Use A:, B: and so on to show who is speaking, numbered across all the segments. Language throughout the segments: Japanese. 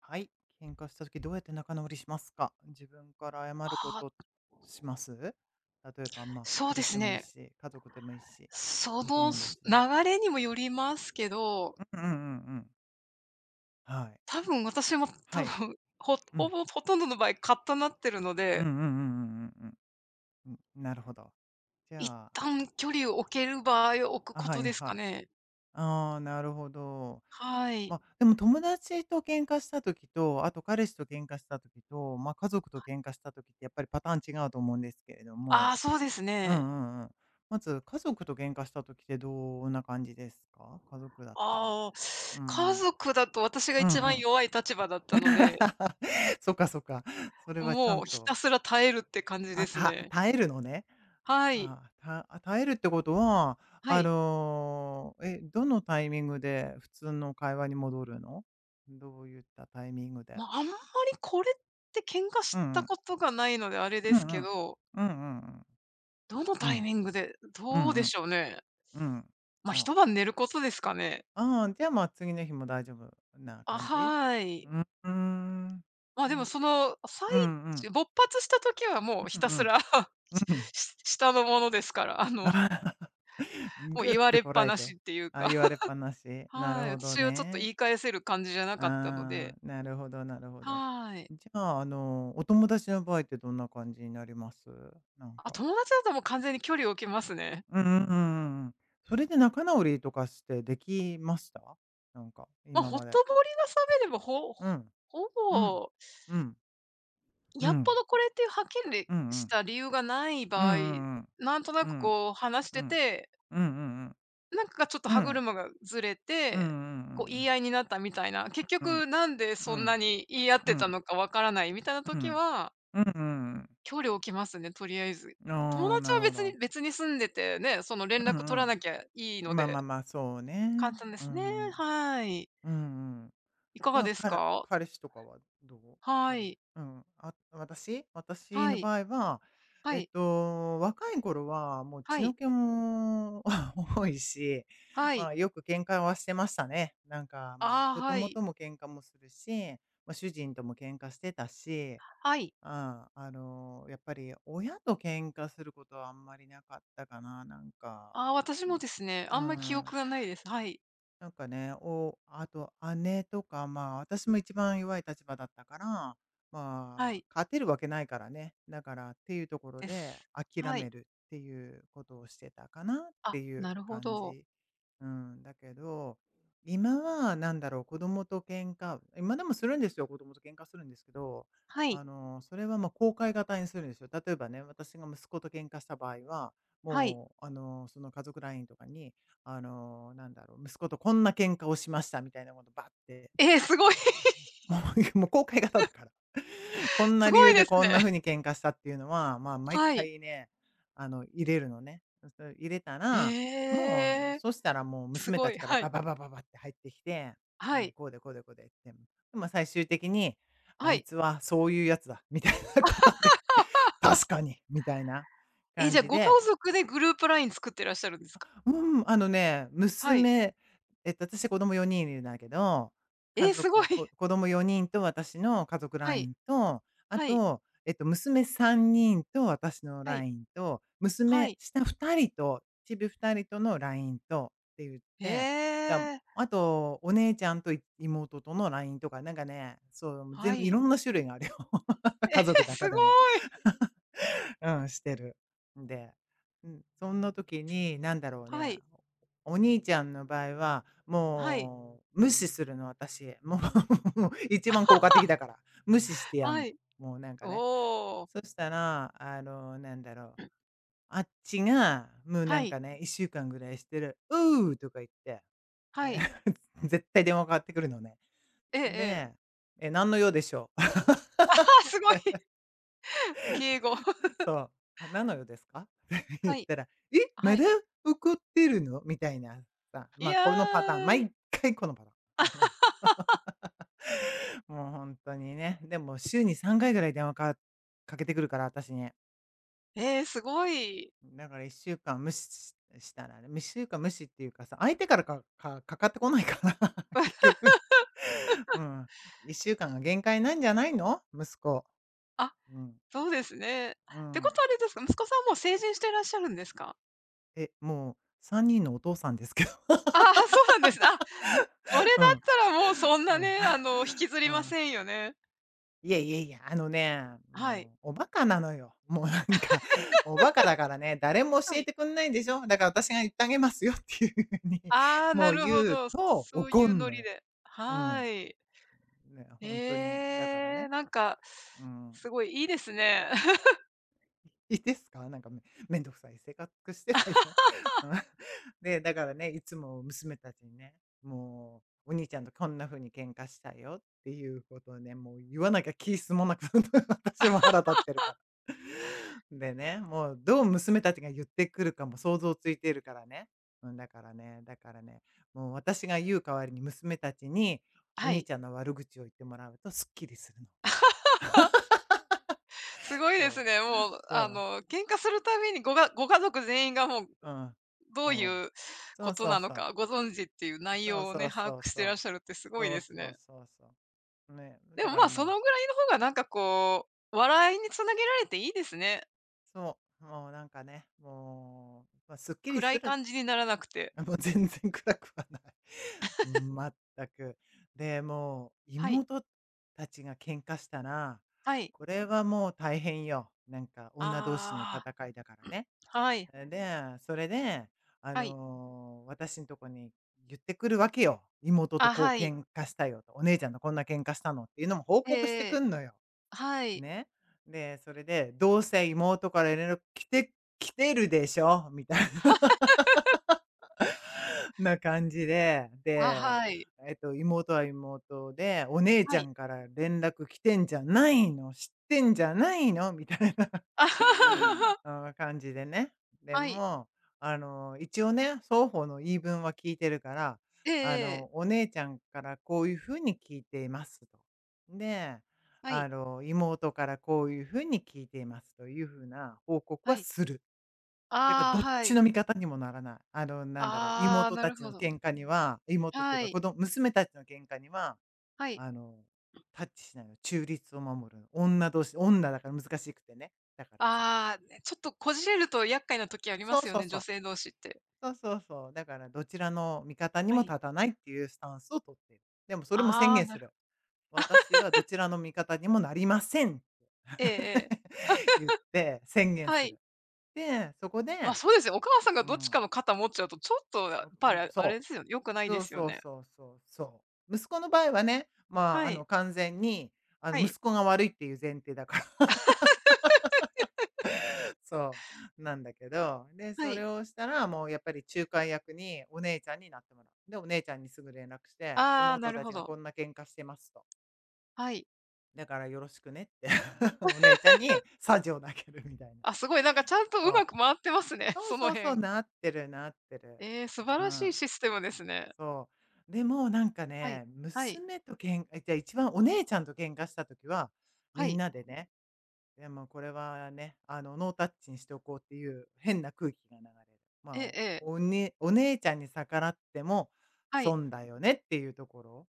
A: はい。喧嘩したときどうやって仲直りしますか？自分から謝るこ
B: あ
A: と
B: あ、
A: します？例えば、まあ、
B: そう
A: 彼
B: で
A: 氏で
B: す
A: もいい
B: ね。
A: し、家族でもいいし、
B: その、
A: 友達でも。
B: 流れにもよりますけど、
A: うんうんうんうん。はい。
B: 多分私も
A: は
B: 多
A: い。
B: 分、
A: うん。
B: ほとんどの場合、カッとなってるの
A: うんう
B: で、
A: んうんうんうんうん。うん、なるほど。じ
B: 一
A: ゃあ。
B: 旦距離を置ける場合を置く
A: あ、
B: こ
A: は
B: と
A: い
B: です
A: は
B: か
A: い。
B: ね。
A: ああ、なるほど。
B: は
A: ま
B: い。
A: あ、でも友達と喧嘩した時と、あと彼氏と喧嘩した時と、まあ、家族と喧嘩した時ってやっぱりパターン違うと思うんですけれど
B: あ
A: も。
B: あ、そうです
A: うんう
B: ね。
A: んうん。まず家族と喧嘩した時ってどんな感じですか？家族だったら。
B: ああ、
A: うんう
B: 家
A: ん。
B: 族だと私が
A: う
B: 一
A: んう
B: 番
A: ん。
B: 弱い立場だったので、
A: そっかそっか。それはちゃ
B: も
A: ん
B: うひ
A: と、
B: たすら耐えるって感じで
A: あ、
B: す
A: た
B: ね。
A: 耐えるのね。
B: はい。
A: ああ、耐えるってことは、
B: はい。
A: どのタイミングで普通の会話に戻るの？どういったタイミングで？
B: まあ、あんまりこれって喧嘩
A: うん
B: し
A: う
B: た
A: ん。
B: ことがないのであれで
A: うん
B: す
A: う
B: け
A: ん。
B: ど、
A: うんうん
B: どの
A: う
B: タ
A: ん。う
B: イ
A: ん。
B: ミングで、
A: う
B: どう
A: ん
B: で
A: うん。
B: しょうね。
A: うん。
B: まあ、
A: うん。
B: 一晩寝ることですかね。
A: ああ、じゃあ、まあ、次の日も大丈夫な
B: あ、
A: 感じ？
B: はい。
A: うんうーん。
B: まあ、
A: な
B: でも
A: ん、
B: その、最
A: うんうん。
B: 中勃発した時はもう
A: う
B: ひ
A: ん
B: た
A: う
B: す
A: ん。
B: ら
A: うん。
B: し下のものですから、あの、
A: あー
B: もう
A: ぐっ
B: 言わ
A: て
B: れっ
A: こ
B: ぱ
A: らえ
B: なし
A: て。
B: っていう
A: あ、
B: か、
A: 言われっぱな し。なる
B: はい。
A: ほど
B: 私はちょっと
A: ね。
B: 言い返せる感じじゃなかったの
A: あ
B: で、
A: あ、なるほどなるほど。
B: はい。
A: じゃあ、あの、お友達の場合ってどんな感じになります？なん
B: あ、
A: か。
B: 友達だともう完全に距離を置きますね。
A: うんうんうんうん。それで仲直りとかしてできました？なんか、
B: まあ、
A: 今
B: ほ
A: まで。
B: とぼりが冷めれば、ほ
A: うん。
B: ほ
A: うん。
B: ぼ
A: うん。う
B: やっぽ
A: ん。
B: どこれっていうはっき
A: うん
B: り
A: う
B: し
A: ん。
B: た理由がない
A: うん
B: 場合、
A: うんうん。
B: なんとな
A: う
B: く
A: ん、
B: こう話し
A: う
B: て
A: ん、
B: て、
A: うんうんうん。
B: なんかちょっと
A: う
B: 歯
A: ん、
B: 車がずれ
A: うんうんう
B: て、
A: んう
B: こう言
A: ん。
B: い合いになったみたいな、結
A: うん、
B: 局なんで
A: う
B: そんな
A: ん、
B: に言い合っ
A: う
B: てた
A: ん、
B: のかわからないみたいな
A: う
B: 時
A: ん、
B: は、
A: うんうん。
B: 距離を置きますね、とりあえず。
A: あ
B: 友
A: あ、
B: 達
A: なる
B: は
A: ほ
B: 別
A: ど。
B: に別に住んでてね、その連
A: う
B: 絡取ら
A: ん
B: なきゃいい
A: う
B: の
A: ん。まあまあ
B: で、
A: まあ、そうね。
B: 簡単で
A: うん
B: すね。
A: うん。
B: はい。
A: うんうん。
B: いか
A: じ
B: が
A: ゃあ、
B: です
A: 彼
B: か？
A: 彼氏とかはどう？
B: は
A: 彼
B: い。
A: うん、あ、私？私
B: は
A: の
B: い。
A: 場合は、
B: は
A: えっ
B: い。
A: と、若い頃はもう
B: は
A: 血の
B: い。
A: 気も 多いし、
B: は
A: ま
B: い。
A: あ、よく喧嘩はしてましたね。なんか、まあ、
B: ああ、
A: 子
B: は
A: 供
B: い。
A: とも喧嘩もするし、まあ、主人とも喧嘩してたし、
B: はい。
A: やっぱり親と喧嘩することはあんまりなかったかな、なんか。
B: ああ、私もですね、
A: う
B: あんまり記
A: ん。
B: 憶がないです。はい。
A: なんかね、あと姉とか、まあ、私も一番弱い立場だったから、
B: は
A: まあ、
B: い。
A: 勝てるわけないからね。だからっていうところ
B: で
A: で
B: す。
A: 諦
B: は
A: め
B: い。
A: るっていうことをしてたかなって
B: あ、
A: い
B: な
A: う
B: るほ
A: 感
B: ど。
A: じ。うん、だけど、今はなんだろう、子供と喧嘩、今でもするんですよ、子供と喧嘩するんですけど、
B: はい。
A: あの、それはまあ公開型にするんですよ。例えばね、私が息子と喧嘩した場合は、
B: はい。
A: もう、あの、その家族 LINE とかに、あの、なんだろう、息子とこんな喧嘩をしましたみたいなことばって、
B: ええ、すごい、
A: ももう公開型だから。こん
B: す
A: な理
B: ご
A: 由
B: いで
A: で
B: す
A: こん
B: ね。
A: な風に喧嘩したっていうのは、まあ、毎
B: はい。
A: 回ね、あの、入れるのね。それ入れたら、
B: え
A: もう、
B: え、
A: そしたらもう
B: す
A: 娘
B: ご
A: たち
B: い。
A: から
B: は
A: バ
B: い。
A: ババババって入ってきて、
B: は
A: ね、
B: い。
A: こうでこうでこうでって。でも最終的に、あ
B: は
A: い
B: い。
A: つはそういうやつだ、みたいなことで、確かにみたいな
B: え、
A: 感
B: じゃあ、
A: じ
B: ご家
A: で。
B: 族でグループライン作ってらっしゃるんですか？
A: うん、あのね、
B: はい。
A: 娘、えっと、私子供4人いるんだけど、家
B: えーすごい。
A: 族、こ 子供4人と私の家族
B: はい。
A: LINE と、あ
B: はい。
A: と、えっと、娘3人と私の
B: はい。
A: LINE と、
B: は
A: 娘
B: い。
A: 下2人と、ちび2人との LINE とって言って、だ
B: ええ。
A: あと、お姉ちゃんと妹との LINE とか、なんかね、そう、全
B: は
A: 部いろ
B: い。
A: んな種類があるよ。
B: え
A: 家族の
B: ー
A: 中
B: す
A: で
B: ごい。
A: も。うん、してる。んで、うん、そんな時になんだろう
B: は
A: ね、
B: い。
A: お兄ちゃんの場合は、
B: はい。
A: もう無視するの、私。もう 一番効果的だから。無視してやんの。
B: はい。
A: もうなんかね。
B: お
A: そ
B: ー
A: したら、あの、なんだろう、あっちが、もうな
B: は
A: ん
B: い。
A: かね、1週間ぐらいしてる、うーとか言って、
B: は
A: え
B: い。
A: ー 絶対電話かかってくるのね。
B: ええええ。
A: で、何の用でしょう。
B: あ、すごい。敬語。
A: そう、「なのよですか って言っ
B: はい。
A: たら、「え、ま
B: は
A: だ
B: い。
A: 怒ってるの？」みたいなさ、
B: い
A: まあ、
B: や
A: このパターン、
B: ー、
A: 毎回このパターン。もう本当にね。でも週に3回ぐらい電話かけてくるから、私に。
B: ええ、すごい。
A: だから1週間無視したらね、1週間無視っていうかさ、相手からかかってこないから、結局。うん。1週間が限界なんじゃないの？息子。
B: あ、
A: うん、
B: そうですね。っ
A: う
B: てこ
A: ん。
B: とはあれですか、息子さんはもう成人していらっしゃるんですか？
A: もう3人のお父さんですけど。
B: ああー、そうなんですね。あ、それ
A: う
B: だ
A: ん。
B: ったらもうそんな
A: うん。
B: ね、あの、引きず
A: う
B: りま
A: ん。
B: せんよね。
A: いやいやいや、あのね、
B: はい。
A: もう、おバカなのよ。もうなんか、おバカだからね、誰も教
B: は
A: え
B: い。
A: てくんないんでしょだから私が言ってあげますよっていうふうに、
B: ああ、な
A: もう
B: るほ
A: 言う
B: ど。
A: と
B: そう
A: 怒
B: いう
A: ん
B: ノ
A: の
B: リ
A: よ。
B: で。
A: う
B: は
A: ん。
B: ーい。
A: ね、本当に。だから
B: ええ、
A: ね、
B: なんか、
A: うん。
B: すごいいいですね。
A: いいですか？なんかめんどくさい性格してるわよ。うん。で、だからね、いつも娘たちにね、もう、お兄ちゃんとこんな風に喧嘩したよっていうことをね、もう言わなきゃ気済もなく 私も腹立ってるから。でね、もうどう娘たちが言ってくるかも想像ついているからね。うん、だからね、もう私が言う代わりに娘たちにお
B: は
A: 兄
B: い。
A: ちゃんの悪口を言ってもらうとすっきりするの。
B: す ごいです
A: そ
B: ね。
A: う。
B: もう、
A: そ
B: あ
A: う。
B: の、喧嘩するたびにご家族全員がもう
A: うん。
B: どう
A: うん。
B: いう
A: そ
B: こ
A: う
B: と
A: そう
B: なの
A: そう。
B: か、ご存知っていう内
A: そう
B: 容を
A: そ
B: ね、
A: う
B: 把
A: そう
B: 握し
A: そ
B: てらっ
A: う。
B: しゃるってすごい
A: そう
B: です
A: そう
B: ね。
A: そうそう。ね、
B: で
A: だ
B: も、
A: か
B: ま
A: ら
B: あ、そのぐ
A: も
B: らい
A: う、
B: の方がなんかこう、笑いにつなげられていいですね。
A: そう、もうなんかね、もう、まあ、すっきり
B: 暗
A: す
B: い
A: る。
B: 感じにならなくて。
A: もう全然暗くはない。全く。で、もう
B: はい、
A: 妹たちが喧嘩したら、
B: はい。
A: これはもう大変よ。なんか女同士の
B: あ
A: 戦いだからね。
B: あ、はい、
A: で、それで、あ
B: はい。
A: の、私んとこに言ってくるわけよ。妹と
B: あ、
A: こう
B: はい。
A: 喧嘩したよと、お姉ちゃんとこんな喧嘩したのっていうのも報
B: え
A: 告してく
B: え、
A: んのよ。
B: はい。
A: ね。で、それで、どうせ妹から連絡来てるでしょみたいな。な感じで、
B: あ、
A: で、
B: はい、
A: えっと、妹は妹で、お姉ち
B: は
A: ゃ
B: い。
A: んから連絡来てんじゃないの、知ってんじゃないのみたいな
B: あはは は
A: 感じでね。で
B: はい。
A: も、あの、一応ね、双方の言い分は聞いてるから、
B: ええ
A: あ
B: え
A: の、
B: え。
A: お姉ちゃんからこういうふうに聞いていますと。で、
B: は
A: あ
B: い、
A: の、妹からこういうふうに聞いていますというふうな報告
B: は
A: は
B: い。
A: する。だから
B: ああ、
A: どっ
B: は
A: ち
B: い。
A: の味方にもならない。あの、なんだろう、
B: ああ、
A: 妹
B: な
A: た
B: る
A: ち
B: ほ
A: の
B: ど。
A: 喧嘩には、妹っていう
B: は
A: か
B: い、
A: 子供、娘たちの喧嘩には、
B: はい。
A: あの、タッチしないの。中立を守るの。女同士、女だから難しくてね。だからさ。
B: ああ、ね、ちょっとこじれると厄介な時ありま
A: そう
B: すよ
A: そう
B: ね、
A: そ
B: 女
A: う。
B: 性同士って。
A: そうそうそう。だからどちらの味方に
B: は
A: も
B: い。
A: 立たないっていうスタンスを取っている。でもそれも宣
B: ああ、
A: 言
B: な
A: す
B: る
A: る。私はどちらの味方にもなりませんって
B: ええええ。
A: 言って宣言
B: は
A: す
B: い。
A: る。で、そこ
B: ま、
A: で、
B: そうですよ。お母さんが
A: う
B: どっちか
A: ん、
B: の肩持っちゃうと、ちょっと
A: お
B: や
A: う
B: っぱ
A: ん、
B: りあ
A: そ
B: れですよね、良くな
A: う。
B: いで
A: そう
B: すよ
A: そう
B: ね。
A: そうそうそう。息子の場合はね、まあ、あ
B: は
A: の、
B: い、
A: 完全に、あ
B: は
A: の、
B: い、
A: 息子が悪いっていう前提だから。そう、なんだけど、で、
B: は
A: それ
B: い。
A: をしたら、もうやっぱり仲介役にお姉ちゃんになってもらう。で、お姉ちゃんにすぐ連絡して、
B: ああ、な
A: 妹
B: る
A: たち
B: ほ
A: がこ
B: ど。
A: んな喧嘩してますと。
B: はい。
A: だからよろしくねって お姉ちゃんにサジを投げるみたいな。
B: あ、すごいなんかちゃんとう
A: そ
B: ま
A: う。
B: く回ってますね、
A: そう
B: その
A: そうそう、
B: 辺。
A: なってる、なってる。
B: ええ、素晴
A: う
B: らしい
A: ん。
B: システムですね。
A: そう。でもなんか
B: はい、
A: ね、
B: はい、
A: 娘と喧嘩、じゃあ一番お姉ちゃんと喧嘩した時は、
B: は
A: みん
B: い。
A: なでね、でもこれはね、ノータッチにしておこうっていう変な空気が流れる。ま
B: え
A: あ、
B: え
A: お
B: ええ、
A: おね、お姉ちゃんに逆らっても
B: はい。
A: 損だよねっていうところ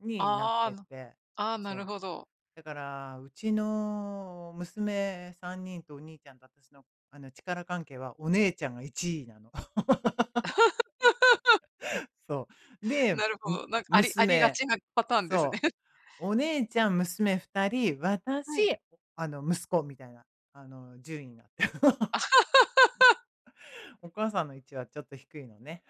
A: になっ
B: あ
A: てて、
B: あ、ああ、なる
A: そう。
B: ほど。
A: だから、うちの娘3人とお兄ちゃんと私のあの力関係はお姉ちゃんが1位なの。そう。で、
B: なるほど。なんかありが
A: 娘、
B: ちなパターンです
A: そ
B: ね。
A: う。お姉ちゃん、娘2人、私、
B: はい。
A: 息子みたいな、順位になって。お母さんの位置はちょっと低いのね。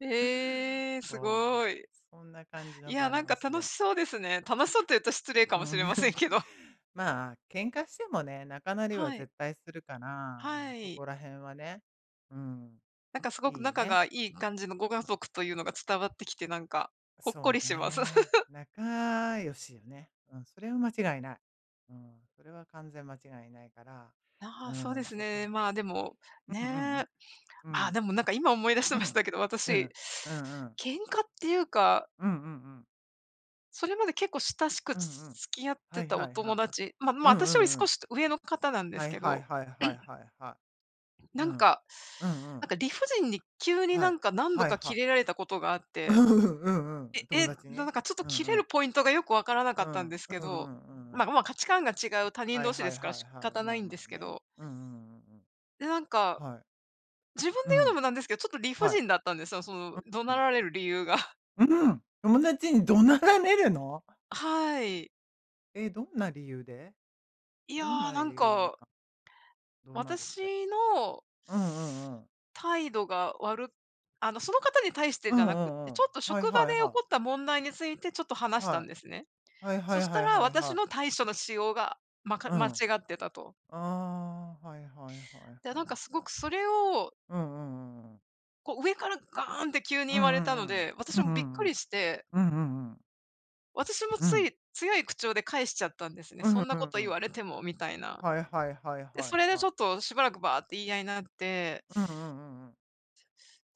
B: ええ、す
A: そう。
B: ごい。
A: そんな感じ
B: い
A: の
B: や、
A: バ
B: なん
A: ラン
B: か
A: ス
B: 楽
A: で。
B: しそうですね。楽しそうって言うと失礼か
A: う
B: もし
A: ん。
B: れません けど。
A: まあ、喧嘩してもね、仲なりは
B: はい、
A: 絶対するから、まあ、
B: は
A: そ
B: い。
A: こら辺はね、うん、
B: なんかすごく
A: いい
B: 仲
A: ね。
B: がいい感じのご家族というのが伝わってきて、なんかほっ
A: そ
B: こ
A: う
B: りします。
A: ね。仲良しよね。うん、それは間違いない。うん、それは完全間違いないから、
B: あ
A: う
B: あ、そうで
A: ん、
B: す
A: そこ
B: ね。
A: ら。
B: まあ、でも、ね
A: うんうんう
B: え。
A: ん。う
B: ああ、
A: ん。
B: でもなんか今思い出し
A: う
B: まし
A: ん。
B: たけど、
A: う
B: 私、
A: ん。うんうん。
B: 喧嘩っていうか、
A: うんうんうん。
B: それまで結構親しく
A: うんうん。
B: 付き合っ
A: は
B: て
A: い
B: た
A: は
B: お
A: いは
B: 友
A: い。
B: 達、まあま、
A: うんう
B: 私より
A: んう
B: 少
A: ん。
B: し上の方なんで
A: は
B: す
A: い
B: け
A: はい
B: ど、
A: はいはいはいはい。う
B: なん
A: ん。
B: か、
A: うんう
B: な
A: ん。
B: んか理不尽に急に
A: は
B: な
A: い。
B: んか何度
A: はい
B: か
A: は
B: キ
A: い。
B: レられたことがあっ
A: う
B: て、
A: んうん
B: え、
A: うん。友
B: え、
A: 達
B: な
A: ね。
B: んかちょっと
A: う
B: キ
A: んう
B: レる
A: ん。
B: ポイントがよくわからな
A: う
B: かっ
A: ん。
B: たん
A: うん
B: ですけ
A: う
B: ど、
A: んうんう
B: ま、
A: ん。
B: ま、価値観が違う他人
A: はい
B: 同士で
A: はい
B: すか
A: は
B: ら
A: い
B: 仕
A: はい。
B: 方な
A: まあ
B: いんで
A: ま
B: す
A: あ
B: け
A: ね。
B: ど、
A: うんうんうんうん。
B: で、なんか、
A: はい。
B: 自分で言
A: う
B: うの
A: ん。
B: もなんですけど、ちょっと理不
A: はい。
B: 尽だったんですよ、その怒
A: う
B: 鳴
A: ん。
B: られる理由が。
A: うん。友達に怒鳴られるの、
B: はい。
A: え、どんな理由で、
B: いや
A: どん
B: ー、
A: な
B: なん
A: 理由
B: か、
A: な、どうなるって。
B: 私の
A: うんうんうん。
B: 態度が悪く、あの、その方に対して
A: う
B: じ
A: ん
B: ゃ
A: う
B: なく
A: ん
B: て、
A: う
B: ちょ
A: ん。
B: っと
A: はい
B: 職場
A: は
B: で
A: い
B: 起
A: はい。
B: こった問題についてちょっと話したん
A: は
B: ですね。
A: い。はいは
B: そ
A: い
B: した
A: はい
B: ら、
A: はい
B: 私
A: はい。
B: の対処の仕様が、
A: うん。
B: 間違
A: あ
B: ってたと。
A: あ、はいはいはいは
B: で、なんかす
A: い
B: ご
A: は
B: く
A: い。
B: それを、
A: うんうんうんうん。
B: こう上からガーンって急に
A: うん
B: 言
A: う
B: われたの
A: ん
B: で、
A: うん。う
B: 私
A: んう
B: もびっ
A: ん
B: く
A: うん。
B: りして、
A: うんうんうん。
B: 私も
A: う
B: つ
A: ん
B: い強い口調で返しちゃったんですね。
A: う
B: そ
A: ん
B: ん
A: う
B: なこと言
A: ん。
B: われてもみたいな。
A: はいはいはい
B: で、
A: は
B: それ
A: い
B: でち
A: は
B: ょ
A: い。
B: っとしばらくバーって言い合いになって、
A: うんうんうんうん。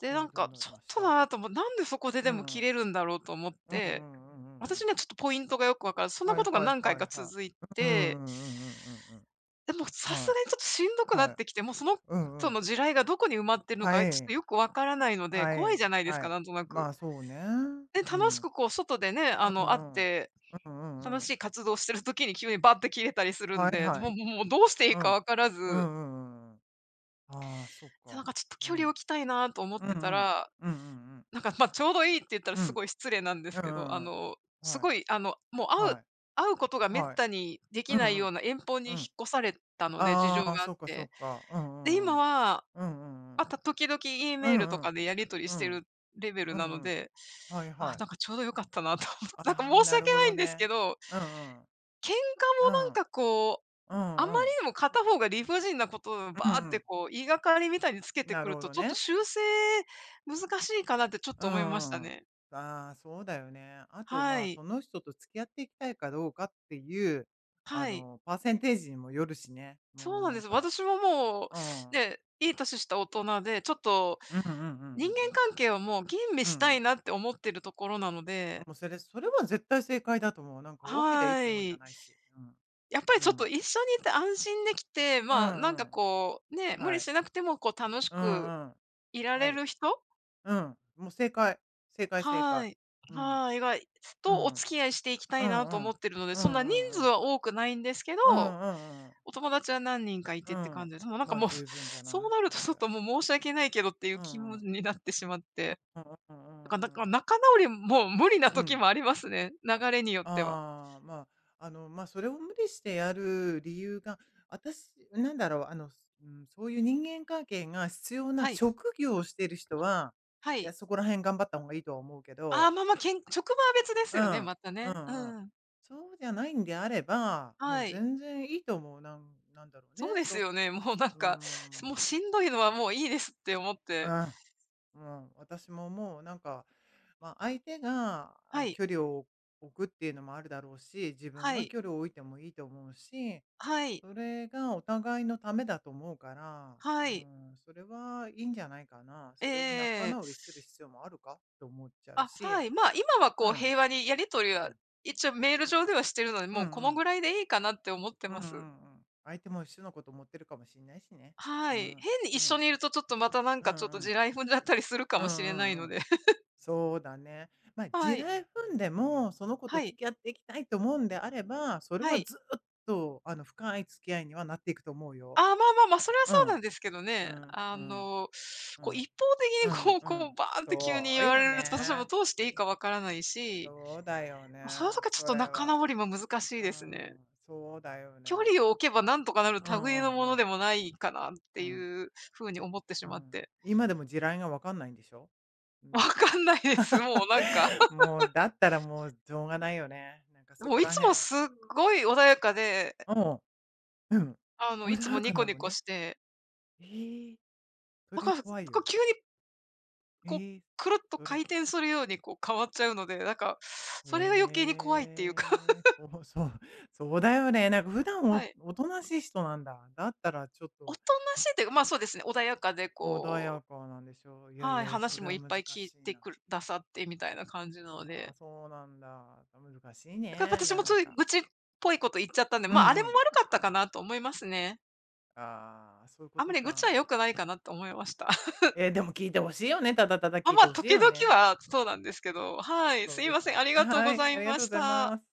B: で、な
A: え
B: ん
A: ー、どう
B: か
A: なり
B: ちょっ
A: まし
B: と
A: た。
B: なぁともなんでそこで
A: う
B: でも
A: んう
B: 切
A: ん。
B: れるんだろうと思っ
A: うんうんうんう
B: て、
A: んうんう
B: 私
A: ん。
B: にはちょっとポイントがよくわからず、そんな
A: はい
B: ことが
A: はい
B: 何回
A: はい
B: か
A: は
B: 続い
A: い。うんう
B: て、
A: んうんうんうん
B: でも、
A: うん。
B: さすが
A: は
B: にちょっとしんど
A: い。
B: くな
A: は
B: っ
A: い。
B: てきて、もうその
A: うんう
B: 人
A: ん。
B: の地雷がどこに埋まってるの
A: は
B: か、ちょっと
A: い。
B: よくわからないので、
A: は
B: 怖い
A: い。
B: じゃないです
A: は
B: か、
A: い。
B: なんとな
A: ま
B: く。
A: あそうね。うん。
B: で、
A: う
B: 楽し
A: ん
B: くこう外でね、あ
A: うん。う
B: の、会っ
A: ん
B: て、
A: うん
B: 楽
A: うん。
B: しい活動してる時に急にバッて切れたりする
A: は
B: ん
A: い
B: で、
A: はい。
B: もうどうしてい
A: う
B: いか
A: ん。
B: わから
A: うんう
B: ず、
A: んうんうん。ああ、そっ
B: で、なん
A: か。
B: かちょっと
A: う
B: 距離を
A: ん。
B: 置きたいなと思っ
A: うんうん。
B: て
A: う
B: た
A: ん
B: ら、
A: うんうん。
B: なんか、まあ、ちょうどいいって言ったら
A: うん。
B: すごい失礼なんで
A: うん
B: す
A: う
B: けど、あ
A: んうん。
B: の、す
A: はい。
B: ごい、あの、もう会う
A: はい。
B: 会うことが滅
A: はい。
B: 多にで
A: う
B: きな
A: ん
B: い
A: う
B: よ
A: ん。
B: うな遠方に
A: う
B: 引っ
A: ん。
B: 越されたので、事
A: あ
B: 情
A: あ、
B: があっ
A: そっかそ
B: て。
A: っか。う
B: で、
A: んうん
B: 今
A: うん。
B: は
A: うんうんうん。
B: 時々 E
A: う
B: メー
A: んう
B: ルと
A: んう
B: か
A: ん。
B: でやり取りしてるレベル
A: う
B: なの
A: んうん。
B: で、
A: はい
B: あ、
A: はい。
B: なんかちょうど良かったなと思って、なんか
A: ああ、
B: 申し
A: なる
B: 訳
A: ほ
B: ない
A: ど
B: んです
A: ね。
B: けど、
A: うんうん。
B: 喧嘩
A: う
B: もなん
A: ん。
B: かこう、
A: う
B: あまり
A: んうん。
B: にも片方が理不尽なことをバ
A: うん
B: ーっ
A: う
B: て
A: ん。
B: こう言いがかりみたいにつけて
A: な
B: く
A: る
B: る
A: ほ
B: と、
A: ど
B: ちょっと
A: ね。
B: 修正難しいかなってちょっ
A: う
B: と
A: ん
B: 思いました
A: うん、
B: ね。
A: ああ、そうだよね。あと、
B: は
A: まあ、そ
B: い。
A: の人と付き合っていきたいかどうかっていう、
B: はい。
A: パーセンテージにもよるしね。
B: そ
A: も
B: う
A: う
B: なん
A: な
B: で
A: ん
B: す。
A: か、
B: 私ももう、
A: うん。
B: ね、いい年した大人で、ちょっと
A: うんうんうんうん
B: 人間
A: うん。
B: 関係をもう吟味
A: う
B: した
A: ん。
B: いなって思ってるところなので、
A: もうそれは絶対正解だと思う。なんか多ければいいっ
B: は
A: てもんじゃ
B: い。
A: ないし。うん。
B: やっぱり
A: う
B: ちょっと
A: ん。
B: 一緒にいて安心できて、
A: う
B: まあ、なん
A: んう
B: か
A: ん。
B: こう、ね、無
A: は
B: 理
A: い。
B: しなくてもこう楽し
A: う
B: く
A: んうん。
B: いら
A: は
B: れ
A: い。
B: る人、
A: うん。もう正解。正解正解。
B: はい。
A: うん。
B: はい、が、
A: う
B: とお
A: ん。
B: 付き合いしていきた
A: う
B: いな
A: んう
B: と
A: ん。
B: 思ってるので、
A: うんう
B: そんな人数
A: んうん。
B: は多くないんですけ
A: う
B: ど、
A: んうんうん。
B: お友達は何人かいて
A: う
B: って感
A: ん。
B: じです。もうなん
A: ま
B: か
A: あ
B: もう、
A: 十分じゃ
B: そ
A: な
B: う
A: い
B: なる
A: そ
B: と
A: れ
B: ちょ
A: で。
B: っともう申し訳ないけどっていう
A: う
B: 気
A: んう
B: 分
A: ん。
B: になってしまって。
A: うんうんう
B: だ
A: ん
B: から、
A: う
B: なん
A: んう
B: か
A: ん。
B: 仲直りも無理な
A: うんう
B: 時
A: ん、
B: もありますね、流れによっては。
A: ああ、まあ、まあ、それを無理してやる理由が、私、なんだろう、うん、そういう人間関係が必要な
B: はい、
A: 職業をしている人は、
B: は
A: いや、
B: い。
A: そこら辺頑張った方がいいとは思うけ
B: ああ、
A: ど、
B: まあまあ、職場は別です
A: う
B: よね、
A: ん、
B: また
A: う
B: ね。
A: んうん。
B: うん、
A: そうじゃないんであれば、もう
B: はい。
A: 全然いいと思う。なんなんだろう
B: そう
A: ね、
B: です
A: そ、
B: よね。もうなん
A: う
B: か、もう
A: ん。
B: しんどいのはもういいですって思っ
A: う
B: て。
A: ん。うん、私ももうなんか、まあ、相手が、
B: は
A: あ、
B: い、
A: 距離を置くっていうのもあるだろうし、自分
B: は
A: が
B: い、
A: 距離を置いてもいいと思うし、
B: はい、
A: それがお互いのためだと思うから、
B: は
A: う
B: い。
A: ん、それはいいんじゃないかな。それを仲
B: ええ
A: 直りする必要もあるかと思っちゃう
B: あ、
A: し、
B: はい。まあ、今は
A: うん、
B: こう平和にやり取り
A: う
B: は、
A: ん、
B: 一応メール上ではしてるので、
A: うん
B: も
A: う
B: うこの
A: ん、
B: ぐらいでいいかなって思って
A: うんう
B: ま
A: んう
B: す。
A: ん。相手も一緒のこと思ってるかもしれないしね。う
B: はい。
A: ん、
B: 変に
A: う
B: 一緒
A: ん、
B: にいるとちょっとまたなん
A: うん
B: か
A: う
B: ちょっと地
A: ん、
B: 雷踏んじゃったりするか
A: うん
B: もしれな
A: う
B: い
A: んう
B: の
A: ん。
B: で。
A: そうだね。まあ、地
B: はい、
A: 雷踏んでも、その子と
B: は
A: 付
B: い、
A: き合っていきたいと思うんであれば、それ
B: は
A: は
B: い。
A: ずっと、深い付き合いにはなっていくと思う
B: あ
A: よ。
B: あ、まあまあまあ、それはそ
A: う
B: う
A: ん。
B: なんですけど
A: う
B: ね。
A: ん、
B: あ
A: うん、
B: の、
A: う
B: こう
A: ん。
B: 一方
A: う
B: 的に
A: ん、
B: こう
A: う
B: こう
A: ん。
B: バーンって急
A: そ
B: に
A: う
B: 言わ
A: よ
B: れると、私はもう
A: ね。
B: どうしていいかわからないし、
A: そうだよ
B: ま、その
A: ね、
B: 時はちょっ
A: そ
B: と
A: れ
B: 仲直
A: は。
B: りも難しい
A: う
B: ですね。
A: ん、そうだよ
B: 距
A: ね。
B: 離を置けばなんとかなる
A: うんう
B: 類のも
A: んう
B: の
A: ん。
B: でもないかなっ
A: う
B: て
A: ん。
B: いう風に
A: で、
B: 思ってし
A: う
B: まっ
A: ん。
B: て。
A: 今でも地雷がわかんないんでしょ？う
B: わ
A: ん。
B: かんないです。もうなんか、
A: もう、だったらもうしょうがないよね。なんか そ
B: も
A: こ
B: うい
A: ら
B: つも
A: 辺、
B: すっごい穏やかで、
A: うん。うん。
B: あの、い
A: 穏
B: つも
A: や
B: ニ
A: か
B: コ
A: な
B: ニ
A: の
B: コ
A: に？
B: して、
A: ええ、そ
B: なん
A: りゃ
B: か、
A: 怖い
B: こう
A: よ。
B: 急にこう
A: え
B: くるっ
A: え、
B: と
A: それ、
B: 回転するようにこう変わっちゃうので、なんか、それが余計に怖いっていうか。
A: ええ、そうそう、そうだよね。なんか普段
B: は
A: お
B: い。
A: おとなしい人なんだ。だったらちょっ
B: お
A: と
B: となしいっていうか、ま、そうですね、穏やかで
A: 穏
B: こ
A: や
B: う、
A: かなんでしょう。いやい
B: はい、
A: やいや、そ
B: 話
A: れ
B: も
A: は
B: いっ
A: 難
B: ぱ
A: し
B: い聞い
A: い
B: て
A: な。
B: くださってみたいな感じなの
A: ああ、
B: で、
A: そうなんだ。難しい
B: だから
A: ね、
B: 私
A: な
B: もつ
A: ん
B: い
A: か。
B: 愚痴っぽいこと言っちゃったんで、
A: うん
B: ま、
A: う
B: れも
A: ん。
B: 悪かったかなと思いますね。
A: ああ、そういうこ
B: あんま
A: と
B: り愚痴は
A: か。
B: 良くないかなと思いました。
A: え、でも聞いてほしいよね、ただただ
B: ま
A: 聞
B: あ
A: い
B: ま
A: て
B: あ、
A: ほしい
B: 時
A: よ
B: 々
A: ね。
B: はそうなんですけど、はい、
A: そ
B: す
A: う
B: い
A: です
B: ませ
A: ね。
B: ん、ありがとう
A: は
B: ご
A: い、
B: ざ
A: あ
B: い
A: りが
B: ま
A: とうご
B: し
A: ざい
B: た。
A: ます。